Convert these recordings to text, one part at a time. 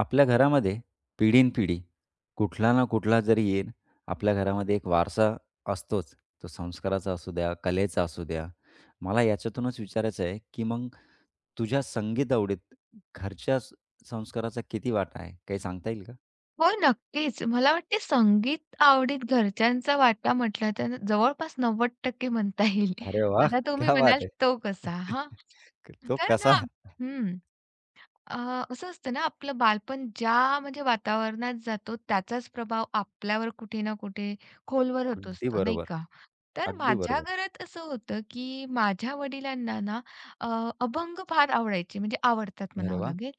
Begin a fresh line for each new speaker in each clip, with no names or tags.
आपल्या घरामध्ये पिढीनपिढी कुठला ना कुठला जरी येईल, आपल्या घरामध्ये एक वारसा असतोच. तो संस्काराचा असू द्या, कलेचा असू द्या. मला याच्यातूनच विचारायचं आहे, की मग तुझ्या संगीत आवडीत घरच्या स संस्काराचा किती वाटा आहे? काही सांगता येईल का?
हो, नक्कीच. मला वाटते संगीत आवडीत घरच्यांचा वाटा म्हटलं तर जवळपास 90% म्हणता येईल.
अरे वाह!
आता तुम्ही
क्या बात
म्हणाल
है!
तो कसा? हां.
तो
तर
कसा?
ना. हं. अ, असं असतं ना, आपलं बालपण ज्या म्हणजे वातावरणात जातो, त्याचाच प्रभाव आपल्यावर कुठे ना कुठे खोलवर होत
अगदी
असतो, नाही
बरोबर.
का? तर
अगदी
माझ्या
बरोबर.
घरात असं होतं, की माझ्या वडिलांना ना अ, अभंग फार आवडायचे, म्हणजे आवडतात
अरे
म्हणावं
वाह!
लागेल.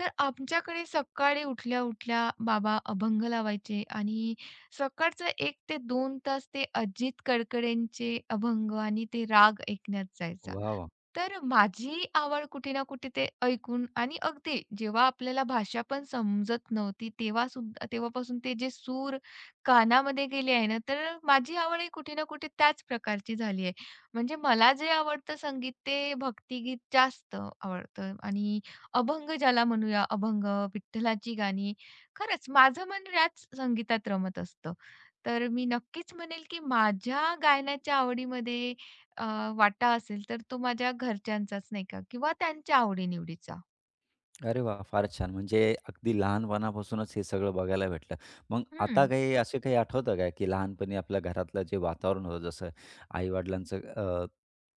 तर आमच्याकडे सकाळी उठल्या-उठल्या बाबा अभंग लावायचे आणि सकाळचं 1 ते 2 तास ते अजित कडकडेंचे अभंग आणि ते राग ऐकण्यात जायचा.
वाह, वाह!
तर माझी आवड कुठे ना कुठे ते ऐकून आणि अगदी जेव्हा आपल्याला भाषा पण समजत नव्हती तेव्हा सुद्धा तेव्हापासून ते जे सूर कानामध्ये गेले आहे ना, तर माझी आवडही कुठे ना कुठे त्याच प्रकारची झाली आहे. म्हणजे मला जे आवडतं संगीत ते भक्तिगीत जास्त आवडतं आणि अभंग ज्याला म्हणूया अभंग, विठ्ठलाची गाणी खरंच माझं मन याच संगीतात रमत असतं. तर मी नक्कीच म्हणेल की माझ्या गायनाच्या आवडीमध्ये वाटा असेल तर तो माझ्या घरच्यांचाच नाही का किंवा त्यांच्या आवडीनिवडीचा.
अरे वाह! फारच छान. म्हणजे अगदी लहानपणापासूनच हे सगळं बघायला भेटलं. मग आता
हं,
काही असे काही आठवतं का, की लहानपणी आपल्या घरातलं जे वातावरण होतं, जसं आई-वडिलांचं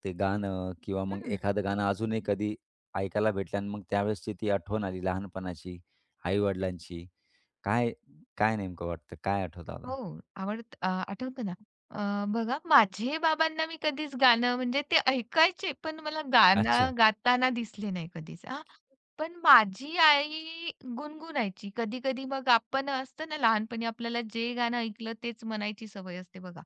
ते गाणं किंवा मग
हं.
एखादं गाणं अजूनही कधी ऐकायला भेटलं आणि मग त्यावेळेसची ती आठवण आली लहानपणाची, आई-वडिलांची. काय काय नेमकं वाटतं? काय आठवतं आता?
हो, आठवतं ना. बघा माझे बाबांना मी कधीच गाणं म्हणजे ते ऐकायचे, पण मला
अच्छा.
गाणं गाताना दिसले नाही कधीच हां. पण माझी आई गुणगुणायची. कधी-कधी मग आपण असतं ना लहानपणी आपल्याला जे गाणं ऐकलं तेच म्हणायची सवय असते बघा.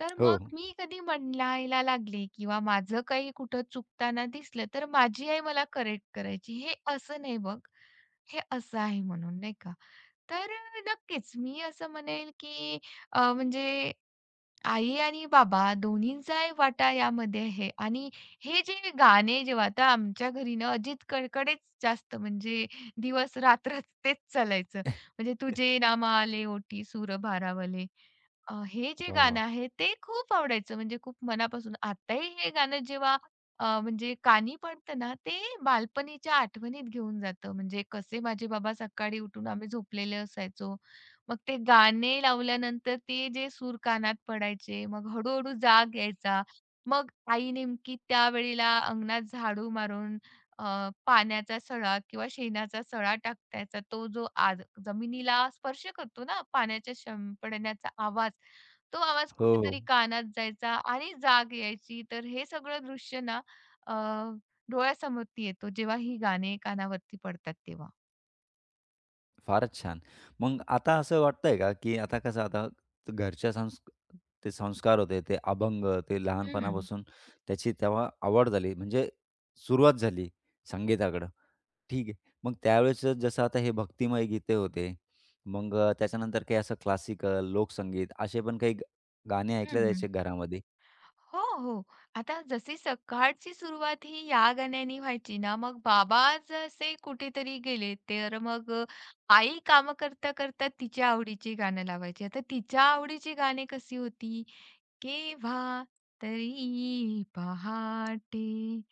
तर
हो.
मग मी कधी म्हणायला लागले किंवा माझं काही कुठं चुकताना दिसलं, तर माझी आई मला करेक्ट करायची. "हे असं नाही बघ, हे असं आहे" म्हणून नाही का. तर नक्कीच मी असं म्हणेल की म्हणजे आई आणि बाबा दोन्हींचाही वाटा यामध्ये आहे आणि हे जे गाणे जेव्हा आता आमच्या घरी ना अजित कडकडेच जास्त म्हणजे दिवस रात्र तेच चालायचं. म्हणजे तुझे नाम आले ओटी सूर भारावले. हे जे
वाह, वाह!
गाणं आहे ते खूप आवडायचं म्हणजे खूप मनापासून. आताही हे गाणं जेव्हा म्हणजे कानी पडतं ना ते बालपणीच्या आठवणीत घेऊन जातं. म्हणजे कसे माझे बाबा सकाळी उठून आम्ही झोपलेले असायचो, मग ते गाणे लावल्यानंतर ते जे सूर कानात पडायचे, मग हळू जाग यायचा. मग आई नेमकी त्यावेळेला अंगणात झाडू मारून पाण्याचा सळा किंवा शेणाचा सळा टाकायचा. तो जो आज जमिनीला स्पर्श करतो ना, पाण्याच्या शिंपडण्याचा आवाज, तो आवाज
हो, हो.
कुठेतरी कानात जायचा आणि जाग यायची. तर हे सगळं दृश्य ना अ, डोळ्यासमोर येतो, जेव्हा ही गाणे कानावरती पडतात तेव्हा.
फारच छान. मग आता असं वाटतंय का, की आता कसं आता घरच्या संस् ते संस्कार होते, ते अभंग, ते
हं.
लहानपणापासून त्याची तेव्हा आवड झाली, म्हणजे सुरुवात झाली संगीताकडं. ठीक आहे. मग त्यावेळेस जसं आता हे भक्तिमय गीते होते, मग त्याच्यानंतर काही असं क्लासिकल, लोकसंगीत असे पण काही ग गाणे
हं,
ऐकले
हं.
जायचे घरामध्ये.
हो, हो. आता जशी सकाळची सुरुवात ही या गाण्याने व्हायची ना, मग बाबा जसे कुठेतरी गेले, तर मग आई काम करता-करता तिच्या आवडीची गाणं लावायची. आता तिच्या आवडीची गाणी कशी होती, "केव्हा तरी पहाटे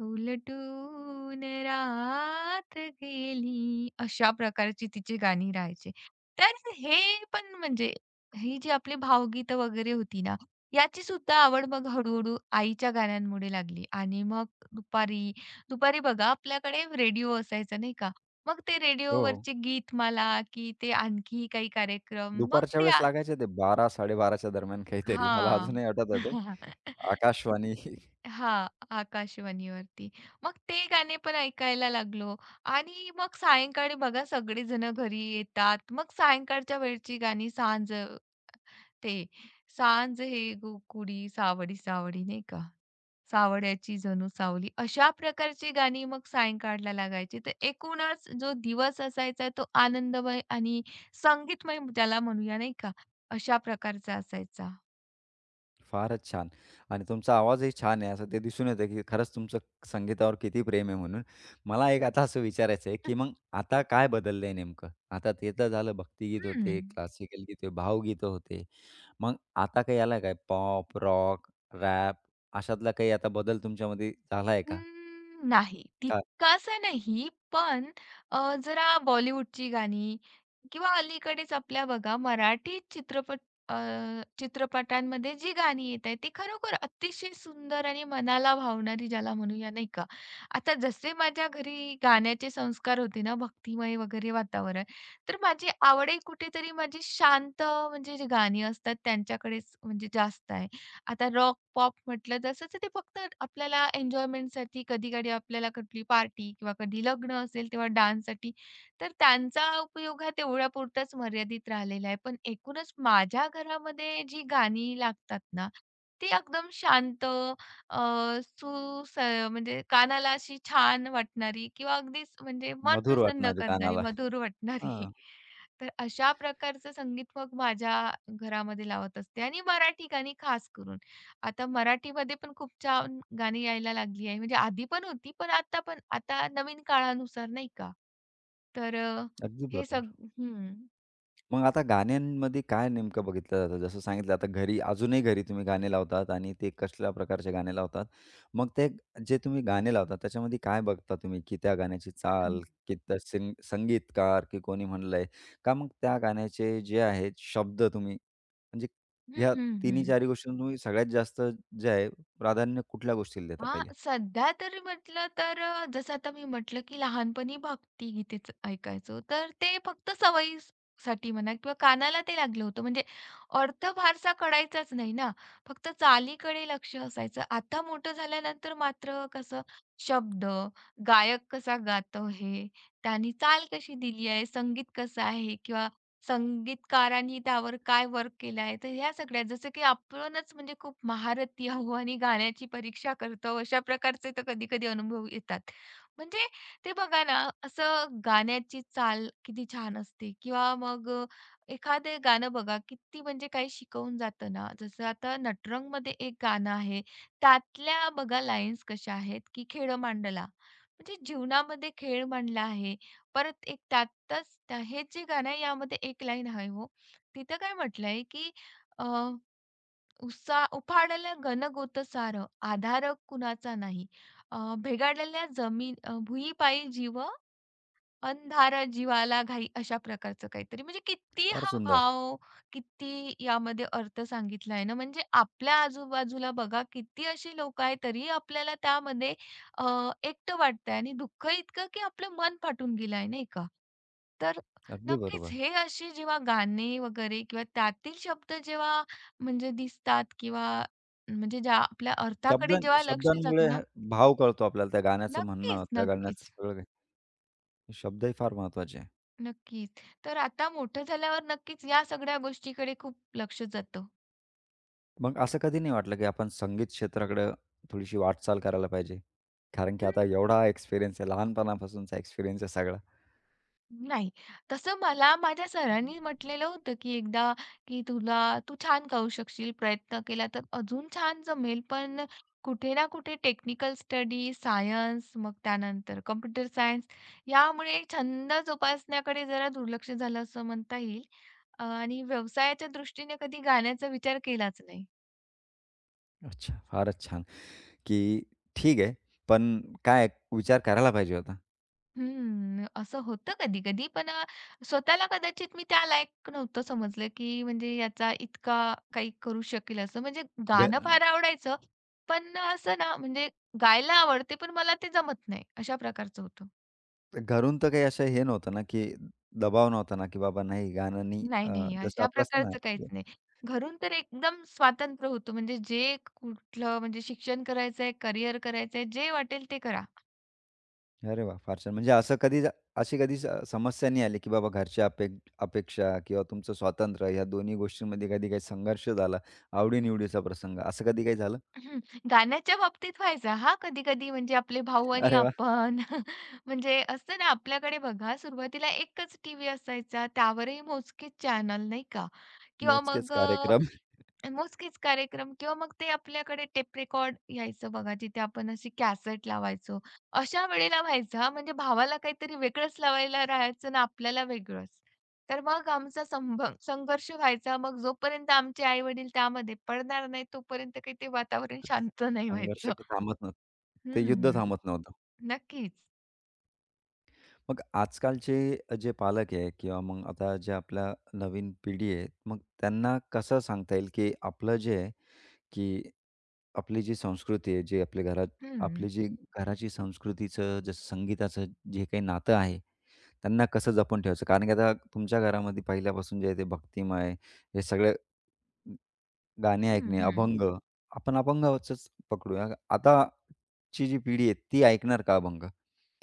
उलटून रात गेली." अशा प्रकारची तिची गाणी राहायची. तर हे पण म्हणजे ही जी आपली भावगीतं वगैरे होती ना, याची सुद्धा आवड मग हळू-हळू आईच्या गाण्यांमुळे लागली आणि मग दुपारी दुपारी बघा आपल्याकडे रेडिओ असायचा नाही का? मग ते
हो, हो.
रेडिओवरचे गीतमाला की ते आणखी काही कार्यक्रम मग
दुपारच्या
ते
वेळेस
आ
लागायचे ते 12-12:30च्या दरम्यान काहीतरी. मला
हां.
अजूनही आठवतं ते. आकाशवाणी.
हां, आकाशवाणीवरती. मग ते गाणे पण ऐकायला लागलो आणि मग सायंकाळी बघा सगळेजण घरी येतात. मग सायंकाळच्या वेळची गाणी सांज ते, "सांज हे गो कुडी सावडी सावडी" नाही का? सावड्याची जणू सावली. अशा प्रकारची गाणी मग सायंकाळला लागायची. तर एकूणच जो दिवस असायचा तो आनंदमय आणि संगीतमय त्याला म्हणूया नाही का, अशा प्रकारचा असायचा.
फारच छान. आणि तुमचा आवाजही छान आहे, असं ते दिसून येतं, की खरंच तुमचं संगीतावर किती प्रेम आहे म्हणून. मला एक आता असं विचारायचं आहे, की मग आता काय बदललं आहे नेमकं? आता ते तर झालं भक्तिगीत
हं, हं.
होते, क्लासिकल गीते, भावगीतं होते. मग आता काही आला काय पॉप, रॉक, रॅप अशातला काही आता बदल तुमच्यामध्ये झाला आहे का?
नाही
का
तितकासा नाही, पण जरा बॉलिवूडची गाणी किंवा अलीकडेच आपल्या बघा मराठी चित्रपट अ, चित्रपटांमध्ये जी गाणी येत आहेत, ती खरोखर अतिशय सुंदर आणि मनाला भावणारी ज्याला म्हणूया नाही का. आता जसे माझ्या घरी गाण्याचे संस्कार होते ना, भक्तिमय वगैरे वातावरण, तर माझी आवडही कुठेतरी माझी शांत म्हणजे जी गाणी असतात त्यांच्याकडेच म्हणजे जास्त आहे. आता रॉक, पॉप म्हटलं तसं तर ते फक्त आपल्याला एन्जॉयमेंटसाठी कधी-कधी आपल्याला कुठली पार्टी किंवा कधी लग्न असेल तेव्हा डान्ससाठी, तर त्यांचा उपयोग हा तेवढ्यापुरताच मर्यादित राहिलेला आहे. पण एकूणच माझ्या घरामध्ये जी गाणी लागतात ना, ती एकदम शांत अ, सुस म्हणजे कानाला अशी छान वाटणारी किंवा अगदीच म्हणजे मन
मधुर
प्रसन्न
वाटणारी
करणारी,
कानाला?
मधुर वाटणारी.
हां,
तर अशा प्रकारचं संगीत मग माझ्या घरामध्ये लावत असते आणि मराठी गाणी खास करून. आता मराठीमध्ये पण खूप छान गाणी यायला लागली आहे. म्हणजे आधी पण होती, पण आता नवीन काळानुसार नाही का? तर अ,
अगदी
हे
बरोबर.
सग हं.
मग आता गाण्यांमध्ये काय नेमकं बघितलं जातं? जसं सांगितलं आता घरी अजूनही घरी तुम्ही गाणे लावतात आणि ते कसल्या प्रकारचे गाणे लावतात? मग ते जे तुम्ही गाणे लावतात त्याच्यामध्ये काय बघता तुम्ही? की त्या गाण्याची चाल,
हं,
की त्या संगीतकार की कोणी म्हणलंय? का मग त्या गाण्याचे जे आहेत शब्द तुम्ही म्हणजे
हं,
ह्या
हं,
तिन्ही
हं.
चारी गोष्टींना तुम्ही सगळ्यात जास्त जे आहे प्राधान्य कुठल्या गोष्टीला देता
हां,
पहिले?
सध्या तर म्हटलं तर जसं आता मी म्हटलं, की लहानपणी भक्तिगीतेच ऐकायचो. तर ते फक्त सवयीसाठी म्हणा किंवा कानाला ते लागलं होतं. म्हणजे अर्थ फारसा कळायचाच नाही ना, फक्त चालीकडे लक्ष असायचं. आता मोठं झाल्यानंतर मात्र कसं शब्द, गायक कसा गातो आहे, त्यानी चाल कशी दिली आहे, संगीत कसं आहे किंवा संगीतकारांनी त्यावर काय वर्क केलं आहे. तर ह्या सगळ्या जसं की आपणच म्हणजे खूप महारथी आहो आणि गाण्याची परीक्षा करतो, अशा प्रकारचे तर कधी-कधी अनुभव येतात. म्हणजे ते बघा ना, असं गाण्याची चाल किती छान असते किंवा मग एखादे गाणं बघा किती म्हणजे काही शिकवून जातं ना. जसं आता नटरंगमध्ये एक गाणं आहे, त्यातल्या बघा लाईन्स कशा आहेत की "खेडं मांडला." म्हणजे जीवनामध्ये खेळ म्हणला आहे. परत एक त्यातच त्या हेच जे गाणं आहे यामध्ये एक लाईन आहे हो. तिथं काय म्हटलंय, की अ, "उसा उफाळलं घनगोत सार आधार कुणाचा नाही. अ, भेगाडलेल्या जमीन भुईपायी जीव अंधारा जीवाला घाई अशा प्रकारचं काहीतरी. म्हणजे किती
फार
हा
सुंदर.
भाव, किती यामध्ये अर्थ सांगितला आहे ना, म्हणजे आपल्या आजूबाजूला बघा किती अशी लोकं आहेत तरी आपल्याला त्यामध्ये अ, एकटं वाटतंय आणि दुःख इतकं की आपलं मन फाटून गेलं आहे, नाही का? तर
अगदी
नक्कीच
बरोबर.
हे अशी जेव्हा गाणे वगैरे किंवा त्यातील शब्द जेव्हा म्हणजे दिसतात किंवा म्हणजे ज्या आपल्या अर्थाकडे
शब्दां
जेव्हा लक्ष
शब्दांमुळे
जातं ना,
भाव कळतो आपल्याला त्या गाण्याचं म्हणणं,
नक्कीच,
त्या गाण्याचं
नक्कीच.
सगळं काही. शब्दही फार महत्त्वाचे आहे.
नक्कीच. तर आता मोठं झाल्यावर नक्कीच या सगळ्या गोष्टीकडे खूप लक्ष जातं.
मग असं कधी नाही वाटलं, की आपण संगीत क्षेत्राकडं थोडीशी वाटचाल करायला पाहिजे? कारण की
हं,
आता एवढा एक्सपिरियन्स आहे, लहानपणापासूनचा एक्सपिरियन्स आहे सगळा.
नाही. तसं मला माझ्या सरांनी म्हटलेलं होतं, की एकदा की तुला, तू छान गाऊ शकशील, प्रयत्न केला तर अजून छान जमेल. पण कुठे ना कुठे टेक्निकल स्टडी, सायन्स, मग त्यानंतर कॉम्प्युटर सायन्स यामुळे छंद जोपासण्याकडे जरा दुर्लक्ष झालं असं म्हणता येईल. आणि व्यवसायाच्या दृष्टीने कधी गाण्याचा विचार केलाच नाही.
अच्छा. फारच छान, की ठीक आहे, पण काय विचार करायला पाहिजे होता.
हम्म, असं होतं कधी-कधी. पण स्वतःला कदाचित मी त्या लायक नव्हतं समजलं, की म्हणजे याचा इतका काही करू शकेल असं. म्हणजे
घ
गाणं फार आवडायचं, पण असं ना म्हणजे गायला आवडते, पण मला ते जमत नाही, अशा प्रकारचं होतं.
घरून तर काही असं हे नव्हतं ना, की दबाव नव्हता ना, की बाबा नाही गाणं नाही
नाही, नाही,
जसं
अशा
आपलं असतं ना.
प्रकारचं काहीच नाही. घरून तर एकदम स्वातंत्र्य होतं. म्हणजे जे कुठलं म्हणजे शिक्षण करायचंय, करियर करायचंय, जे वाटेल ते करा.
अरे वाह! फार छान. म्हणजे असं कधी जा- अशी कधी स समस्या नाही आली, की बाबा घरच्या अपेक्षा किंवा तुमचं स्वातंत्र्य या दोन्ही गोष्टींमध्ये कधी काही संघर्ष झाला, आवडी-निवडीचा प्रसंग असं कधी काही झालं?
हं, गाण्याच्या बाबतीत व्हायचा हां, कधी-कधी म्हणजे आपले भाऊ आणि
अरे वाह!
आपण म्हणजे असतं ना आपल्याकडे बघा सुरुवातीला एकच टीव्ही असायचा त्यावरही मोजकेच चॅनल नाही का? किंवा
मोजकेच
मग
कार्यक्रम.
मोजकेच कार्यक्रम किंवा मग ते आपल्याकडे टेप रेकॉर्ड यायचं बघा, जिथे आपण अशी कॅसेट लावायचो. अशा वेळेला व्हायचं हां, म्हणजे भावाला काहीतरी वेगळंच लावायला राहायचं ना आपल्याला वेगळंच. तर मग आमचा संघर्ष व्हायचा. मग जोपर्यंत आमचे आई-वडील त्यामध्ये पडणार नाही, तोपर्यंत काही ते वातावरण शांत नाही
संघर्ष
व्हायचं.
काही थांबत नव्हतं. ते युद्ध
हं,
थांबत नव्हतं.
नक्कीच.
मग आजकालचे जे पालक आहे किंवा मग आता जे आपल्या नवीन पिढी आहे, मग त्यांना कसं सांगता येईल, की आपलं जे आहे, की आपली जी संस्कृती आहे, जे आपल्या घरात
हं,
आपली जी घराची संस्कृतीचं जसं संगीताचं जे काही नातं आहे, त्यांना कसं जपून ठेवायचं? कारण की आता तुमच्या घरामध्ये पहिल्यापासून जे आहे ते भक्तिमय, हे सगळे गाणे ऐकणे,
हं,
अभंग. आपण अभंगाचंच पकडूया. आताची जी पिढी आहे, ती ऐकणार का अभंग?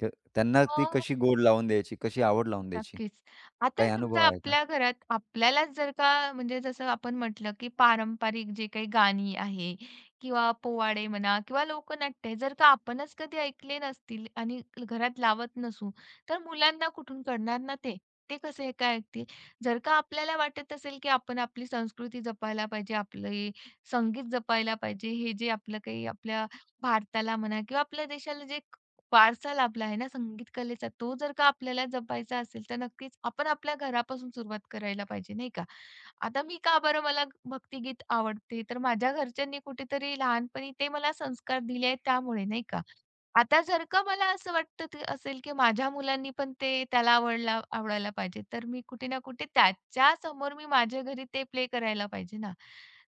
तर त्यांना ती
हं.
कशी गोड लावून द्यायची, कशी आवड लावून द्यायची?
नक्कीच. आता
काही अनुभव
समजा
आहे का?
आपल्या घरात आपल्यालाच जर का म्हणजे जसं आपण म्हटलं, की पारंपरिक जे काही गाणी आहे किंवा पोवाडे म्हणा किंवा लोकनाट्य जर का आपणच कधी ऐकले नसतील आणि घरात लावत नसू, तर मुलांना कुठून कळणार ना ते? ते कसे काय ऐकतील? जर का आपल्याला वाटत असेल, की आपण आपली संस्कृती जपायला पाहिजे, आपले संगीत जपायला पाहिजे, हे जे आपलं काही आपल्या भारताला म्हणा किंवा आपल्या देशाला जे वारसा लाभला आहे ना संगीत कलेचा, तो जर का आपल्याला जपायचा असेल, तर नक्कीच आपण आपल्या घरापासून सुरुवात करायला पाहिजे, नाही का? आता मी का बरं मला भक्तिगीत आवडते, तर माझ्या घरच्यांनी कुठेतरी लहानपणी ते मला संस्कार दिले आहेत त्यामुळे, नाही का? आता जर का मला असं वाटत ते असेल, की माझ्या मुलांनी पण ते त्याला आवडायला पाहिजे, तर मी कुठे ना कुठे त्याच्यासमोर मी माझ्या घरी ते प्ले करायला पाहिजे ना.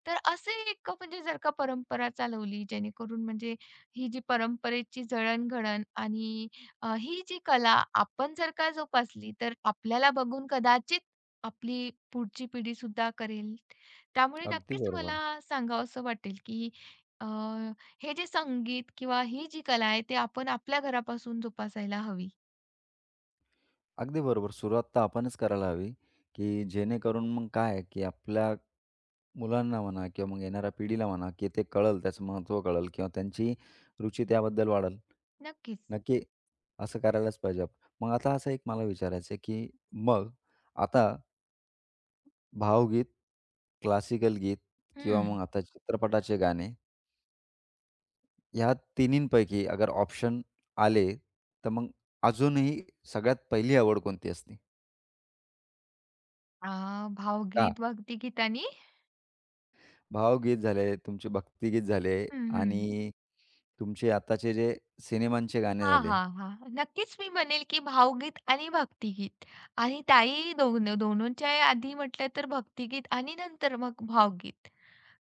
तर असे एक म्हणजे जर का परंपरा चालवली जेणेकरून म्हणजे ही जी परंपरेची जळणघळण आणि ही जी कला आपण जर का जोपासली, तर आपल्याला बघून कदाचित आपली पुढची पिढीसुद्धा करेल. त्यामुळे
अगदी
नक्कीच
बरोबर.
मला सांगावसं वाटेल, की अ, हे जे संगीत किंवा ही जी कला आहे, ते आपण आपल्या घरापासून जोपासायला हवी.
अगदी बरोबर. सुरुवात तर आपणच करायला हवी, की जेणेकरून मग काय आहे, की आपल्या मुलांना म्हणा किंवा मग येणाऱ्या पिढीला म्हणा, की ते कळेल, त्याचं महत्त्व कळेल किंवा त्यांची रुची त्याबद्दल वाढेल.
नक्कीच.
नक्की असं करायलाच पाहिजे आपण. मग आता असं एक मला विचारायचं आहे, की मग आता भावगीत, क्लासिकल गीत किंवा
हं.
मग आता चित्रपटाचे गाणे, ह्या तिन्हींपैकी अगर ऑप्शन आले, तर मग अजूनही सगळ्यात पहिली आवड कोणती असते?
अ,
का?
भावगीत, भक्तिगीतानी.
भावगीत झाले, तुमचे भक्तिगीत झाले
हं, हं.
आणि तुमचे आताचे जे सिनेमांचे गाणे
हां,
झाले.
हां, हां. नक्कीच मी म्हणेल, की भावगीत आणि भक्तिगीत आणि ताई दोन दोनोंच्या आधी म्हटलं तर भक्तिगीत आणि नंतर मग भावगीत.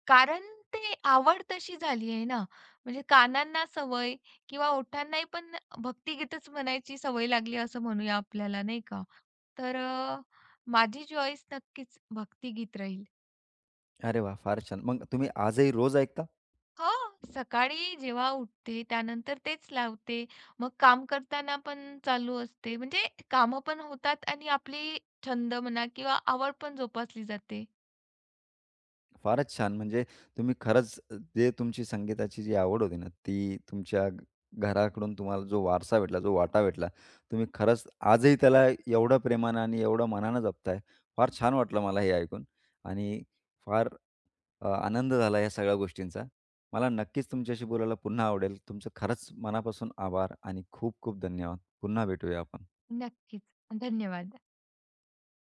कारण ते आवड तशी झाली आहे ना, म्हणजे कानांना सवय किंवा ओठांनाही पण भक्तिगीतच म्हणायची सवय लागली असं म्हणूया आपल्याला, नाही का? तर माझी चॉईस नक्कीच भक्तिगीत राहील.
अरे वाह! फारच छान. मग तुम्ही आजही रोज ऐकता?
हां, सकाळी जेव्हा उठते त्यानंतर तेच लावते. मग काम करताना पण चालू असते. म्हणजे कामं पण होतात आणि आपली छंद म्हणा किंवा आवड पण जोपासली जाते.
फारच छान. म्हणजे तुम्ही खरंच जे तुमची संगीताची जी आवड होती ना, ती तुमच्या घराकडून तुम्हाला जो वारसा भेटला, जो वाटा भेटला, तुम्ही खरंच आजही त्याला एवढं प्रेमानं आणि एवढं मनानं जपताय. फार छान वाटलं मला हे ऐकून आणि फार आनंद झाला या सगळ्या गोष्टींचा. मला नक्कीच तुमच्याशी बोलायला पुन्हा आवडेल. तुमचं खरंच मनापासून आभार आणि खूप खूप धन्यवाद. पुन्हा भेटूया आपण.
नक्कीच. धन्यवाद.